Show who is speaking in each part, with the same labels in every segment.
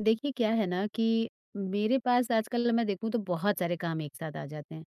Speaker 1: देखिए, क्या है ना कि मेरे पास आजकल मैं देखूँ तो बहुत सारे काम एक साथ आ जाते हैं।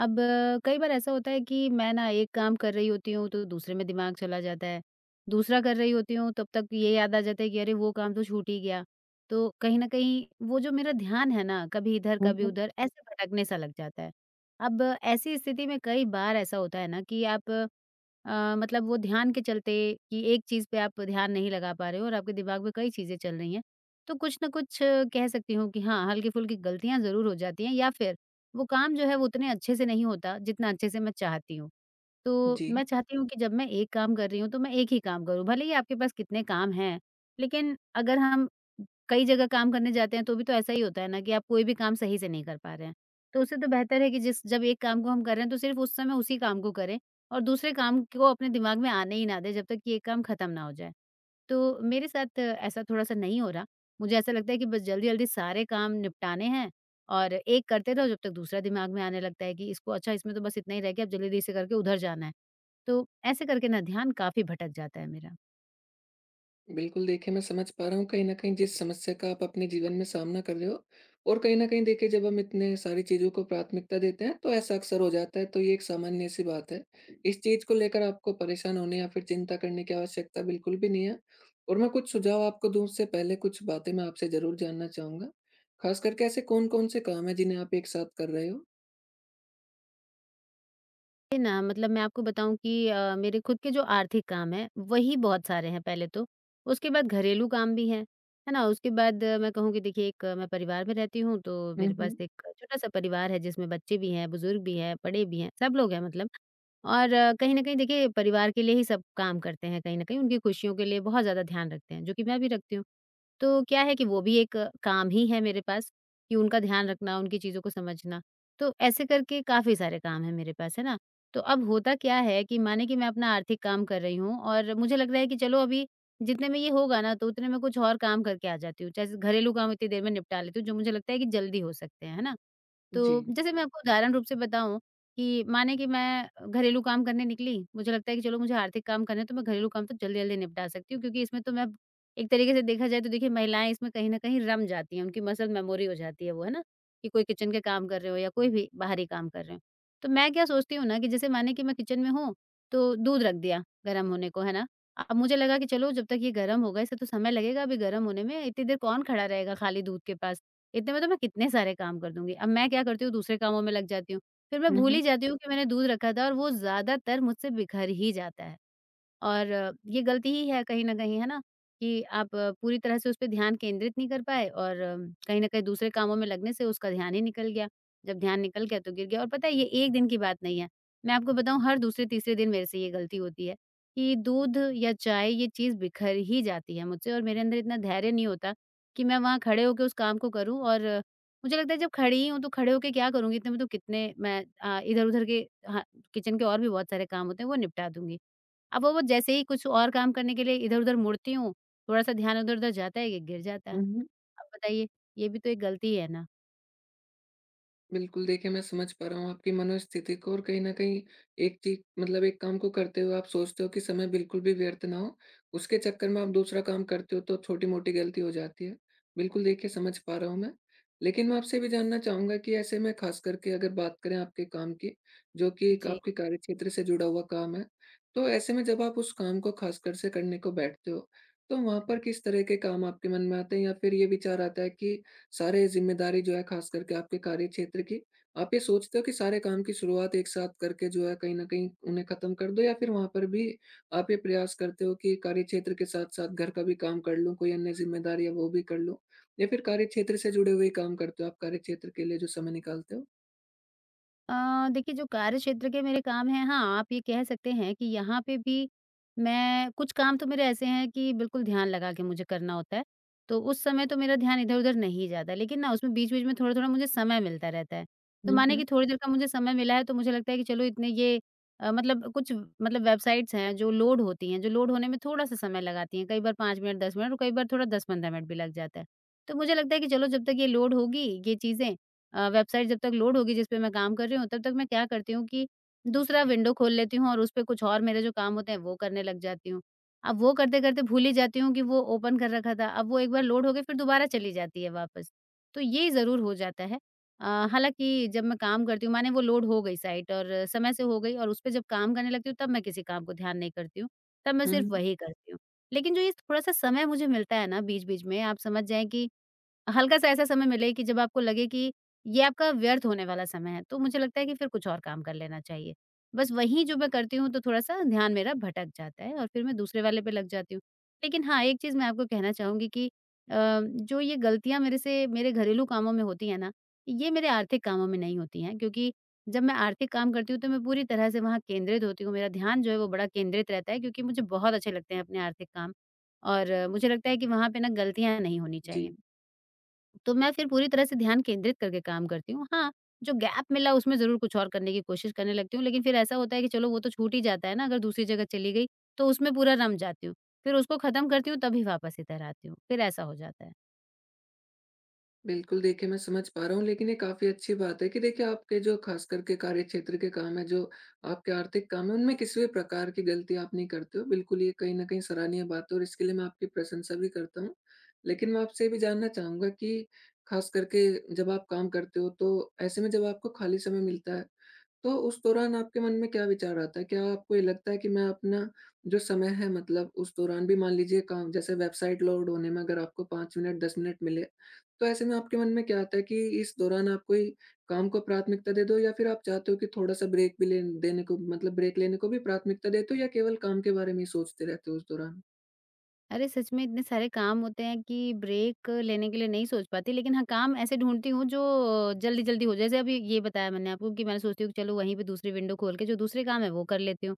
Speaker 1: अब कई बार ऐसा होता है कि मैं ना एक काम कर रही होती हूँ तो दूसरे में दिमाग चला जाता है, दूसरा कर रही होती हूँ तब तक ये याद आ जाता है कि अरे वो काम तो छूट ही गया। तो कहीं न कहीं वो जो मेरा ध्यान है ना कभी इधर
Speaker 2: हुँ,
Speaker 1: कभी
Speaker 2: हुँ।
Speaker 1: उधर ऐसे भटकने सा लग जाता है। अब ऐसी स्थिति में कई बार ऐसा होता है ना कि आप मतलब वो ध्यान के चलते कि एक चीज़ पे आप ध्यान नहीं लगा पा रहे हो और आपके दिमाग में कई चीज़ें चल रही हैं। तो कुछ ना कुछ कह सकती हूँ कि हाँ, हल्की-फुल्की गलतियाँ ज़रूर हो जाती हैं या फिर वो काम जो है वो उतने अच्छे से नहीं होता जितना अच्छे से मैं चाहती हूँ। तो
Speaker 2: जी,
Speaker 1: मैं चाहती हूँ कि जब मैं एक काम कर रही हूँ तो मैं एक ही काम करूँ, भले ही आपके पास कितने काम हैं, लेकिन अगर हम कई जगह काम करने जाते हैं तो भी तो ऐसा ही होता है ना कि आप कोई भी काम सही से नहीं कर पा रहे हैं। तो उससे तो बेहतर है कि जिस जब एक काम को हम कर रहे हैं तो सिर्फ़ उस समय उसी काम को करें और दूसरे काम को अपने दिमाग में आने ही ना दें जब तक कि ये काम खत्म ना हो जाए। तो मेरे साथ ऐसा थोड़ा-सा नहीं हो रहा। मुझे ऐसा लगता है कि बस जल्दी-जल्दी सारे काम निपटाने हैं और एक करते रहो जब तक दूसरा दिमाग में आने लगता है कि इसको अच्छा इसमें तो बस इतना ही रह गया अब जल्दी-जल्दी से करके उधर जाना है। तो ऐसे करके ना ध्यान काफ़ी भटक जाता है मेरा।
Speaker 2: बिल्कुल देखिए मैं समझ पा रहा हूँ कहीं न कहीं जिस समस्या का आप अपने जीवन में सामना कर रहे हो और कहीं न कहीं देखिए जब हम इतने सारी चीज़ों को प्राथमिकता देते हैं तो ऐसा अक्सर हो जाता है, तो ये एक सामान्य-सी बात है। इस चीज़ को लेकर आपको परेशान होने या फिर चिंता करने की आवश्यकता बिल्कुल भी नहीं है और मैं कुछ सुझाव आपको दूँ उससे पहले कुछ बातें मैं आपसे ज़रूर जानना चाहूँगा। ख़ास करके ऐसे कौन-कौन से काम हैं जिन्हें आप एक साथ कर रहे हो?
Speaker 1: ये ना मतलब मैं आपको बताऊँ कि मेरे खुद के जो आर्थिक काम हैं, वही बहुत सारे हैं पहले तो। उसके बाद घरेलू काम भी हैं, है ना? उसके बाद मैं कहूँ कि देखिए एक मैं परिवार में रहती हूँ, तो
Speaker 2: हुँ,
Speaker 1: मेरे पास
Speaker 2: हुँ।
Speaker 1: एक छोटा-सा परिवार है जिसमें बच्चे भी हैं, बुज़ुर्ग भी हैं, बड़े भी हैं, सब लोग हैं मतलब। और कहीं न कहीं देखिए परिवार के लिए ही सब काम करते हैं कहीं न कहीं, उनकी खुशियों के लिए बहुत ज़्यादा ध्यान रखते हैं, जो कि मैं भी रखती हूँ। तो क्या है कि वो भी एक काम ही है मेरे पास कि उनका ध्यान रखना, उनकी चीज़ों को समझना। तो ऐसे करके काफ़ी सारे काम हैं मेरे पास, है ना? तो अब होता क्या है कि माने कि मैं अपना आर्थिक काम कर रही हूँ और मुझे लग रहा है कि चलो अभी जितने में ये होगा ना तो उतने में कुछ और काम करके आ जाती हूँ। जैसे घरेलू काम इतनी देर में निपटा लेती हूँ जो मुझे लगता है कि जल्दी हो सकते हैं, है ना?
Speaker 2: जी।
Speaker 1: तो जैसे मैं आपको उदाहरण रूप से बताऊँ कि माने कि मैं घरेलू काम करने निकली, मुझे लगता है कि चलो मुझे आर्थिक काम करने हैं तो मैं घरेलू काम तो जल्दी-जल्दी निपटा सकती हूँ क्योंकि इसमें तो मैं एक तरीके से देखा जाए तो देखिए महिलाएँ इसमें कहीं न कहीं रम जाती हैं, उनकी मसल मेमोरी हो जाती है वो, है ना? कि कोई किचन के काम कर रहे हो या कोई भी बाहरी काम कर रहे हो। तो मैं क्या सोचती हूँ ना कि जैसे माने कि मैं किचन में हूँ, तो दूध रख दिया गरम होने को, है ना? अब मुझे लगा कि चलो जब तक ये गरम होगा इसे तो समय लगेगा अभी गरम होने में, इतनी देर कौन खड़ा रहेगा खाली दूध के पास? इतने में तो मैं कितने सारे काम कर दूँगी। अब मैं क्या करती हूँ दूसरे कामों में लग जाती हूँ। फिर मैं
Speaker 2: हुँ,
Speaker 1: भूल
Speaker 2: हुँ।
Speaker 1: ही जाती हूँ कि मैंने दूध रखा था और वो ज़्यादातर मुझसे बिखर ही जाता है। और ये गलती ही है कहीं न कहीं, है ना? कि आप पूरी तरह से उस पे ध्यान केंद्रित नहीं कर पाए और कहीं न कहीं दूसरे कामों में लगने से उसका ध्यान ही निकल गया। जब ध्यान निकल गया तो गिर गया और पता है ये एक दिन की बात नहीं है। मैं आपको बताऊँ हर दूसरे-तीसरे दिन मेरे से ये गलती होती है कि दूध या चाय ये चीज़ बिखर ही जाती है मुझसे और मेरे अंदर इतना धैर्य नहीं होता कि मैं वहाँ खड़े होके उस काम को करूँ और मुझे लगता है जब खड़ी ही हूँ तो खड़े होके क्या करूँगी? इतने में तो कितने मैं इधर-उधर के हाँ, किचन के और भी बहुत सारे काम होते हैं वो निपटा दूँगी। अब वो जैसे ही कुछ और काम करने के लिए इधर-उधर मुड़ती हूँ, थोड़ा-सा ध्यान इधर-उधर जाता है, ये गिर जाता है।
Speaker 2: हुँ, हुँ।
Speaker 1: अब बताइए, ये भी तो एक गलती है ना।
Speaker 2: बिल्कुल, देखिए मैं समझ पा रहा हूँ आपकी मनोस्थिति को, और कहीं न कहीं एक चीज़ मतलब एक काम को करते हुए आप सोचते हो कि समय बिल्कुल भी व्यर्थ ना हो, उसके चक्कर में आप दूसरा काम करते हो तो छोटी-मोटी गलती हो जाती है। बिल्कुल, देखिए समझ पा रहा हूँ मैं। लेकिन मैं आपसे भी जानना चाहूँगा कि ऐसे में ख़ास करके अगर बात करें आपके काम की, जो कि एक
Speaker 1: जी।
Speaker 2: आपके कार्यक्षेत्र से जुड़ा हुआ काम है, तो ऐसे में जब आप उस काम को ख़ासकर से करने को बैठते हो, तो वहाँ पर किस तरह के काम आपके मन में आते हैं, या फिर ये विचार आता है कि सारे ज़िम्मेदारी जो है ख़ास करके आपके कार्यक्षेत्र की, आप ये सोचते हो कि सारे काम की शुरुआत एक साथ करके जो है कहीं न कहीं उन्हें ख़त्म कर दो, या फिर वहाँ पर भी आप ये प्रयास करते हो कि कार्यक्षेत्र के साथ-साथ घर का भी काम कर लूँ, कोई अन्य ज़िम्मेदारी है वो भी कर लूँ? या फिर कार्यक्षेत्र से जुड़े हुए ही काम करते हो आप कार्यक्षेत्र के लिए जो समय निकालते हो?
Speaker 1: अ, देखिए जो कार्य क्षेत्र के मेरे काम हैं, हाँ, आप ये कह सकते हैं कि यहाँ पे भी मैं कुछ काम तो मेरे ऐसे हैं कि बिल्कुल ध्यान लगा के मुझे करना होता है, तो उस समय तो मेरा ध्यान इधर-उधर नहीं जाता। लेकिन ना उसमें बीच-बीच में थोड़ा-थोड़ा मुझे समय मिलता रहता है। तो
Speaker 2: हुँ,
Speaker 1: मानिए
Speaker 2: हुँ।
Speaker 1: कि थोड़ी देर का मुझे समय मिला है तो मुझे लगता है कि चलो इतने ये मतलब कुछ मतलब वेबसाइट्स हैं जो लोड होती हैं, जो लोड होने में थोड़ा-सा समय लगाती हैं, कई बार 5 मिनट, 10 मिनट और कई बार थोड़ा 10-15 मिनट भी लग जाता है। तो मुझे लगता है कि चलो जब तक ये लोड होगी ये चीज़ें वेबसाइट जब तक लोड होगी जिस पे मैं काम कर रही हूँ, तब तक मैं क्या करती हूँ कि दूसरा विंडो खोल लेती हूँ और उस पे कुछ और मेरे जो काम होते हैं, वो करने लग जाती हूँ। अब वो करते-करते भूल ही जाती हूँ कि वो ओपन कर रखा था। अब वो एक बार लोड हो गई, फिर दोबारा चली जाती है वापस। तो ये ज़रूर हो जाता है। अ, हालाँकि जब मैं काम करती हूँ माने वो लोड हो गई साइट और समय से हो गई और उस पे जब काम करने लगती हूँ, तब मैं किसी काम को ध्यान नहीं करती हूँ। तब मैं
Speaker 2: हुँ,
Speaker 1: सिर्फ़
Speaker 2: हुँ।
Speaker 1: वही करती हूँ। लेकिन जो ये थोड़ा-सा समय मुझे मिलता है ना बीच-बीच में, आप समझ जाएँ कि हल्का-सा ऐसा समय मिले कि जब आपको लगे कि ये आपका व्यर्थ होने वाला समय है, तो मुझे लगता है कि फिर कुछ और काम कर लेना चाहिए। बस वहीं जो मैं करती हूँ तो थोड़ा-सा ध्यान मेरा भटक जाता है और फिर मैं दूसरे वाले पे लग जाती हूँ। लेकिन हाँ, एक चीज़ मैं आपको कहना चाहूँगी कि जो ये गलतियाँ मेरे से मेरे घरेलू कामों में होती हैं ना, ये मेरे आर्थिक कामों में नहीं होती हैं क्योंकि जब मैं आर्थिक काम करती हूँ तो मैं पूरी तरह से वहाँ केंद्रित होती हूँ। मेरा ध्यान जो है वो बड़ा केंद्रित रहता है क्योंकि मुझे बहुत अच्छे लगते हैं अपने आर्थिक काम और मुझे लगता है कि वहाँ पे ना गलतियाँ नहीं होनी
Speaker 2: जी।
Speaker 1: चाहिए। तो मैं फिर पूरी तरह से ध्यान केंद्रित करके काम करती हूँ। हाँ, जो गैप मिला उसमें ज़रूर कुछ और करने की कोशिश करने लगती हूँ, लेकिन फिर ऐसा होता है कि चलो वो तो छूट ही जाता है ना, अगर दूसरी जगह चली गई, तो उसमें पूरा रम जाती हूँ। फिर उसको खत्म करती हूँ तभी वापस इधर आती हूँ, फिर ऐसा हो जाता है।
Speaker 2: बिल्कुल, देखिए मैं समझ पा रहा हूँ, लेकिन ये काफ़ी अच्छी बात है कि देखिए आपके जो ख़ास करके कार्यक्षेत्र के काम हैं, जो आपके आर्थिक काम हैं, उनमें किसी भी प्रकार की गलती आप नहीं करते हो। बिल्कुल, ये कहीं न कहीं सराहनीय बात है और इसके लिए मैं आपकी प्रशंसा भी करता हूँ। लेकिन मैं आपसे ये भी जानना चाहूँगा कि ख़ास करके जब आप काम करते हो, तो ऐसे में जब आपको खाली समय मिलता है, तो उस दौरान आपके मन में क्या विचार आता है? क्या आपको ये लगता है कि मैं अपना जो समय है मतलब उस दौरान भी, मान लीजिए काम जैसे वेबसाइट लोड होने में अगर आपको 5 मिनट 10 मिनट मिले, तो ऐसे में आपके मन में क्या आता है कि इस दौरान आप कोई काम को प्राथमिकता दे दो, या फिर आप चाहते हो कि थोड़ा-सा ब्रेक भी लेन देने को मतलब ब्रेक लेने को भी प्राथमिकता देते हो, या केवल काम के बारे में ही सोचते रहते हो उस दौरान?
Speaker 1: अरे! सच में इतने सारे काम होते हैं कि ब्रेक लेने के लिए नहीं सोच पाती, लेकिन हाँ, काम ऐसे ढूँढती हूँ जो जल्दी-जल्दी हो जाए। जैसे अभी ये बताया मैंने आपको कि मैंने सोचती हूँ कि चलो वहीं पे दूसरी विंडो खोल के जो दूसरे काम है वो कर लेती हूँ।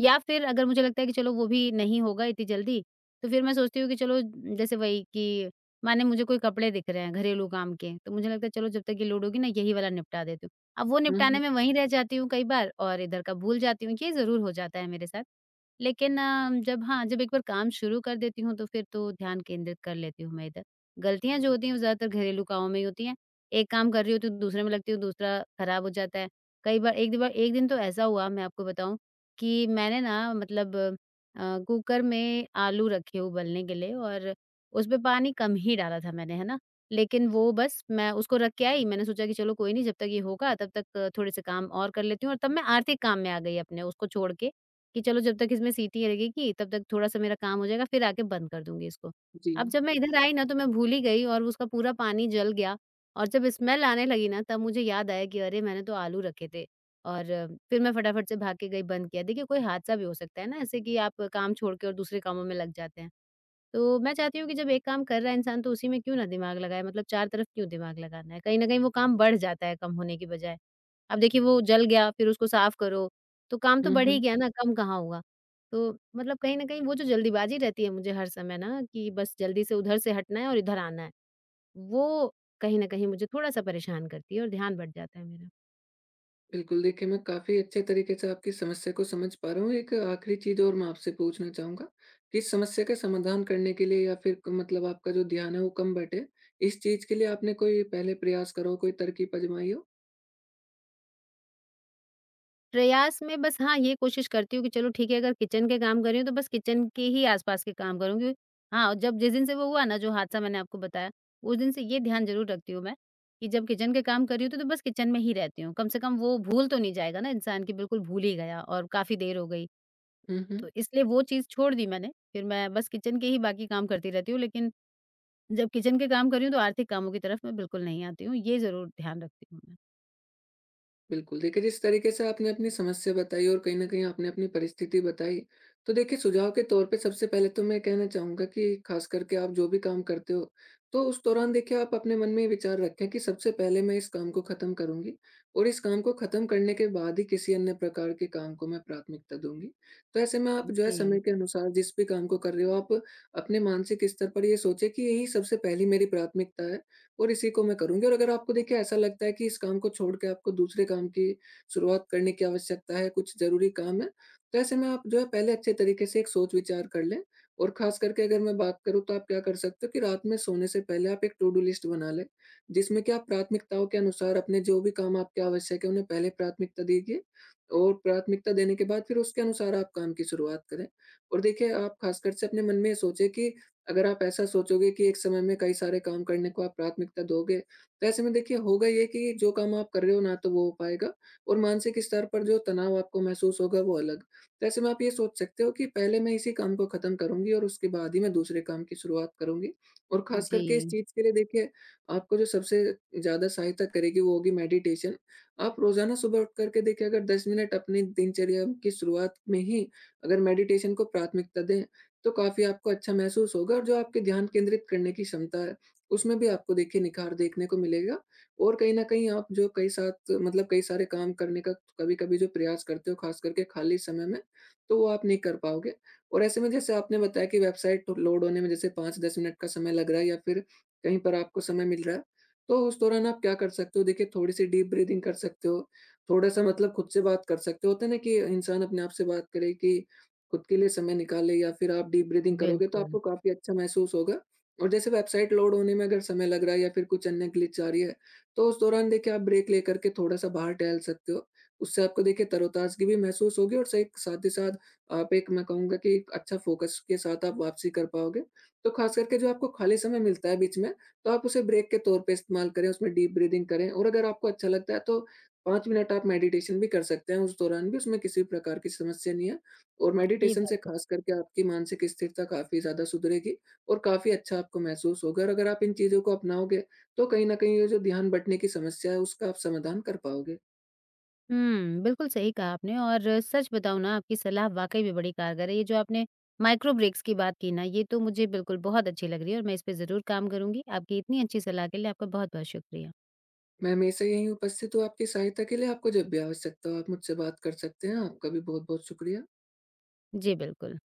Speaker 1: या फिर अगर मुझे लगता है कि चलो वो भी नहीं होगा इतनी जल्दी, तो फिर मैं सोचती हूँ कि चलो जैसे वही कि माने मुझे कोई कपड़े दिख रहे हैं घरेलू काम के, तो मुझे लगता है चलो जब तक ये लोड होगी ना यही वाला निपटा देती हूँ। अब वो
Speaker 2: हुँ,
Speaker 1: निपटाने
Speaker 2: हुँ।
Speaker 1: में वहीं रह जाती हूँ कई बार और इधर का भूल जाती हूँ, ये ज़रूर हो जाता है मेरे साथ। लेकिन जब हाँ, जब एक बार काम शुरू कर देती हूँ तो फिर तो ध्यान केंद्रित कर लेती हूँ मैं इधर। गलतियाँ जो होती हैं वो ज़्यादातर घरेलू कामों में ही होती हैं। एक काम कर रही होती हूँ, दूसरे में लगती हूँ, दूसरा खराब हो जाता है। कई बार एक दो बार एक दिन तो ऐसा हुआ मैं आपको बताऊँ कि मैंने ना मतलब कुकर में आलू रखे उबलने के लिए और उसमें पानी कम ही डाला था मैंने, है ना? लेकिन वो बस मैं उसको रख के आई, मैंने सोचा कि चलो कोई नहीं, जब तक ये होगा तब तक थोड़े-से काम और कर लेती हूँ और तब मैं आर्थिक काम में आ गई अपने उसको छोड़ के कि चलो जब तक इसमें सीटी लगेगी तब तक थोड़ा-सा मेरा काम हो जाएगा, फिर आके बंद कर दूँगी इसको।
Speaker 2: जी।
Speaker 1: अब जब मैं इधर आई ना तो मैं भूल ही गई और उसका पूरा पानी जल गया और जब स्मेल आने लगी ना तब मुझे याद आया कि अरे! मैंने तो आलू रखे थे। और फिर मैं फटाफट से भाग के गई, बंद किया। देखिए, कोई हादसा भी हो सकता है ना ऐसे कि आप काम छोड़ के और दूसरे कामों में लग जाते हैं। तो मैं चाहती हूँ कि जब एक काम कर रहा है इंसान तो उसी में क्यों ना दिमाग लगाए, मतलब चार तरफ क्यों दिमाग लगाना है? कहीं न कहीं वो काम बढ़ जाता है कम होने की बजाय। अब देखिए वो जल गया, फिर उसको साफ करो, तो काम तो
Speaker 2: हुँ,
Speaker 1: बढ़ ही
Speaker 2: हुँ।
Speaker 1: गया ना, कम कहाँ हुआ? तो मतलब कहीं न कहीं वो जो जल्दीबाजी रहती है मुझे हर समय ना कि बस जल्दी से उधर से हटना है और इधर आना है, वो कहीं न कहीं मुझे थोड़ा-सा परेशान करती है और ध्यान बँट जाता है मेरा।
Speaker 2: बिल्कुल, देखिए मैं काफ़ी अच्छे तरीके से आपकी समस्या को समझ पा रहा हूँ। एक आखिरी चीज़ और मैं आपसे पूछना चाहूँगा कि इस समस्या का समाधान करने के लिए, या फिर क मतलब आपका जो ध्यान है वो कम बँटे, इस चीज़ के लिए आपने कोई पहले प्रयास करो, कोई तरकीब आज़माई हो?
Speaker 1: प्रयास में बस हाँ, ये कोशिश करती हूँ कि चलो ठीक है अगर किचन के काम कर रही हूँ तो बस किचन के ही आस-पास के काम करूँगी। हाँ, और जब जिस दिन से वो हुआ ना जो हादसा मैंने आपको बताया, उस दिन से ये ध्यान ज़रूर रखती हूँ मैं, कि जब किचन के काम कर रही हूँ तो बस किचन में ही रहती हूँ। कम से कम वो भूल तो नहीं जाएगा ना इंसान कि बिल्कुल भूल ही गया और काफ़ी देर हो गई।
Speaker 2: हुँ, हुँ।
Speaker 1: तो इसलिए वो चीज़ छोड़ दी मैंने, फिर मैं बस किचन के ही बाकी काम करती रहती हूँ लेकिन जब किचन के काम कर रही हूँ तो आर्थिक कामों की तरफ मैं बिल्कुल नहीं आती हूँ। ये ज़रूर ध्यान रखती हूँ मैं।
Speaker 2: बिल्कुल, देखिए जिस तरीके से आपने अपनी समस्या बताई और कहीं न कहीं आपने अपनी परिस्थिति बताई, तो देखिए सुझाव के तौर पे सबसे पहले तो मैं कहना चाहूँगा कि ख़ास करके आप जो भी काम करते हो, तो उस दौरान देखिए आप अपने मन में ये विचार रखें कि सबसे पहले मैं इस काम को ख़त्म करूँगी और इस काम को ख़त्म करने के बाद ही किसी अन्य प्रकार के काम को मैं प्राथमिकता दूँगी। तो ऐसे में आप जो है समय
Speaker 1: जी,
Speaker 2: के अनुसार जिस भी काम को कर रहे हो, आप अपने मानसिक स्तर पर ये सोचें कि यही सबसे पहली मेरी प्राथमिकता है और इसी को मैं करूँगी। और अगर आपको देखिए ऐसा लगता है कि इस काम को छोड़ के आपको दूसरे काम की शुरुआत करने की आवश्यकता है, कुछ ज़रूरी काम है, तो ऐसे में आप जो है पहले अच्छे तरीके से एक सोच-विचार कर लें। और ख़ास करके अगर मैं बात करूँ तो आप क्या कर सकते हो कि रात में सोने से पहले आप एक टू डू लिस्ट बना लें, जिसमें कि आप प्राथमिकताओं के अनुसार अपने जो भी काम आपके आवश्यक है, उन्हें पहले प्राथमिकता दीजिए और प्राथमिकता देने के बाद फिर उसके अनुसार आप काम की शुरुआत करें। और देखिए, आप ख़ासकर से अपने मन में ये सोचें कि अगर आप ऐसा सोचोगे कि एक समय में कई सारे काम करने को आप प्राथमिकता दोगे, तो ऐसे में देखिए होगा ये कि जो काम आप कर रहे हो ना तो वो हो पाएगा और मानसिक स्तर पर जो तनाव आपको महसूस होगा वो अलग। तो ऐसे में आप ये सोच सकते हो कि पहले मैं इसी काम को खत्म करूँगी और उसके बाद ही मैं दूसरे काम की शुरुआत करूँगी। और खास करके इस
Speaker 1: जी,
Speaker 2: चीज़ के लिए देखिए आपको जो सबसे ज़्यादा सहायता करेगी वो होगी मेडिटेशन। आप रोज़ाना सुबह उठ कर के देखिए, अगर 10 मिनट अपनी दिनचर्या की शुरुआत में ही अगर मेडिटेशन को प्राथमिकता दें, तो काफ़ी आपको अच्छा महसूस होगा और जो आपके ध्यान केंद्रित करने की क्षमता है, उसमें भी आपको देखिए निखार देखने को मिलेगा। और कहीं न कहीं आप जो कई साथ मतलब कई सारे काम करने का कभी-कभी जो प्रयास करते हो, ख़ास करके खाली समय में, तो वो आप नहीं कर पाओगे। और ऐसे में जैसे आपने बताया कि वेबसाइट लोड होने में जैसे 5-10 मिनट का समय लग रहा है, या फिर कहीं पर आपको समय मिल रहा है, तो उस दौरान आप क्या कर सकते हो, देखिए थोड़ी-सी डीप ब्रीथिंग कर सकते हो, थोड़ा-सा मतलब खुद से बात कर सकते हो। होता है ना कि इंसान अपने आप से बात करे, कि खुद के लिए समय निकालें, या फिर आप डीप ब्रीथिंग करोगे तो
Speaker 1: बिल्कुल।
Speaker 2: आपको काफ़ी अच्छा महसूस होगा। और जैसे वेबसाइट लोड होने में अगर समय लग रहा है या फिर कुछ अन्य ग्लिच आ रही है, तो उस दौरान देखिए आप ब्रेक लेकर के थोड़ा-सा बाहर टहल सकते हो। उससे आपको देखिए तरोताज़गी भी महसूस होगी और सही साथ ही साथ आप एक, मैं कहूँगा कि एक अच्छा फ़ोकस के साथ आप वापसी कर पाओगे। तो ख़ास करके जो आपको खाली समय मिलता है बीच में, तो आप उसे ब्रेक के तौर पे इस्तेमाल करें, उसमें डीप ब्रीथिंग करें और अगर आपको अच्छा लगता है तो 5 मिनट आप मेडिटेशन भी कर सकते हैं उस दौरान भी, उसमें किसी भी प्रकार की समस्या नहीं है। और
Speaker 1: ये
Speaker 2: मेडिटेशन से
Speaker 1: बात।
Speaker 2: ख़ास करके आपकी मानसिक स्थिरता काफ़ी ज़्यादा सुधरेगी और काफ़ी अच्छा आपको महसूस होगा, और अगर आप इन चीज़ों को अपनाओगे, तो कहीं न कहीं ये जो ध्यान बँटने की समस्या है, उसका आप समाधान कर पाओगे।
Speaker 1: हुँ, बिल्कुल सही कहा आपने और सच बताऊँ ना आपकी सलाह वाक़ई में बड़ी कारगर है। ये जो आपने माइक्रो ब्रेक्स की बात की ना ये तो मुझे बिल्कुल बहुत अच्छी लग रही है और मैं इस पे ज़रूर काम करूँगी। आपकी इतनी अच्छी सलाह के लिए आपका बहुत-बहुत शुक्रिया।
Speaker 2: मैं हमेशा यहीं उपस्थित हूँ आपकी सहायता के लिए, आपको जब भी आवश्यकता हो आप मुझसे बात कर सकते हैं। आपका भी बहुत-बहुत शुक्रिया।
Speaker 1: जी, बिल्कुल।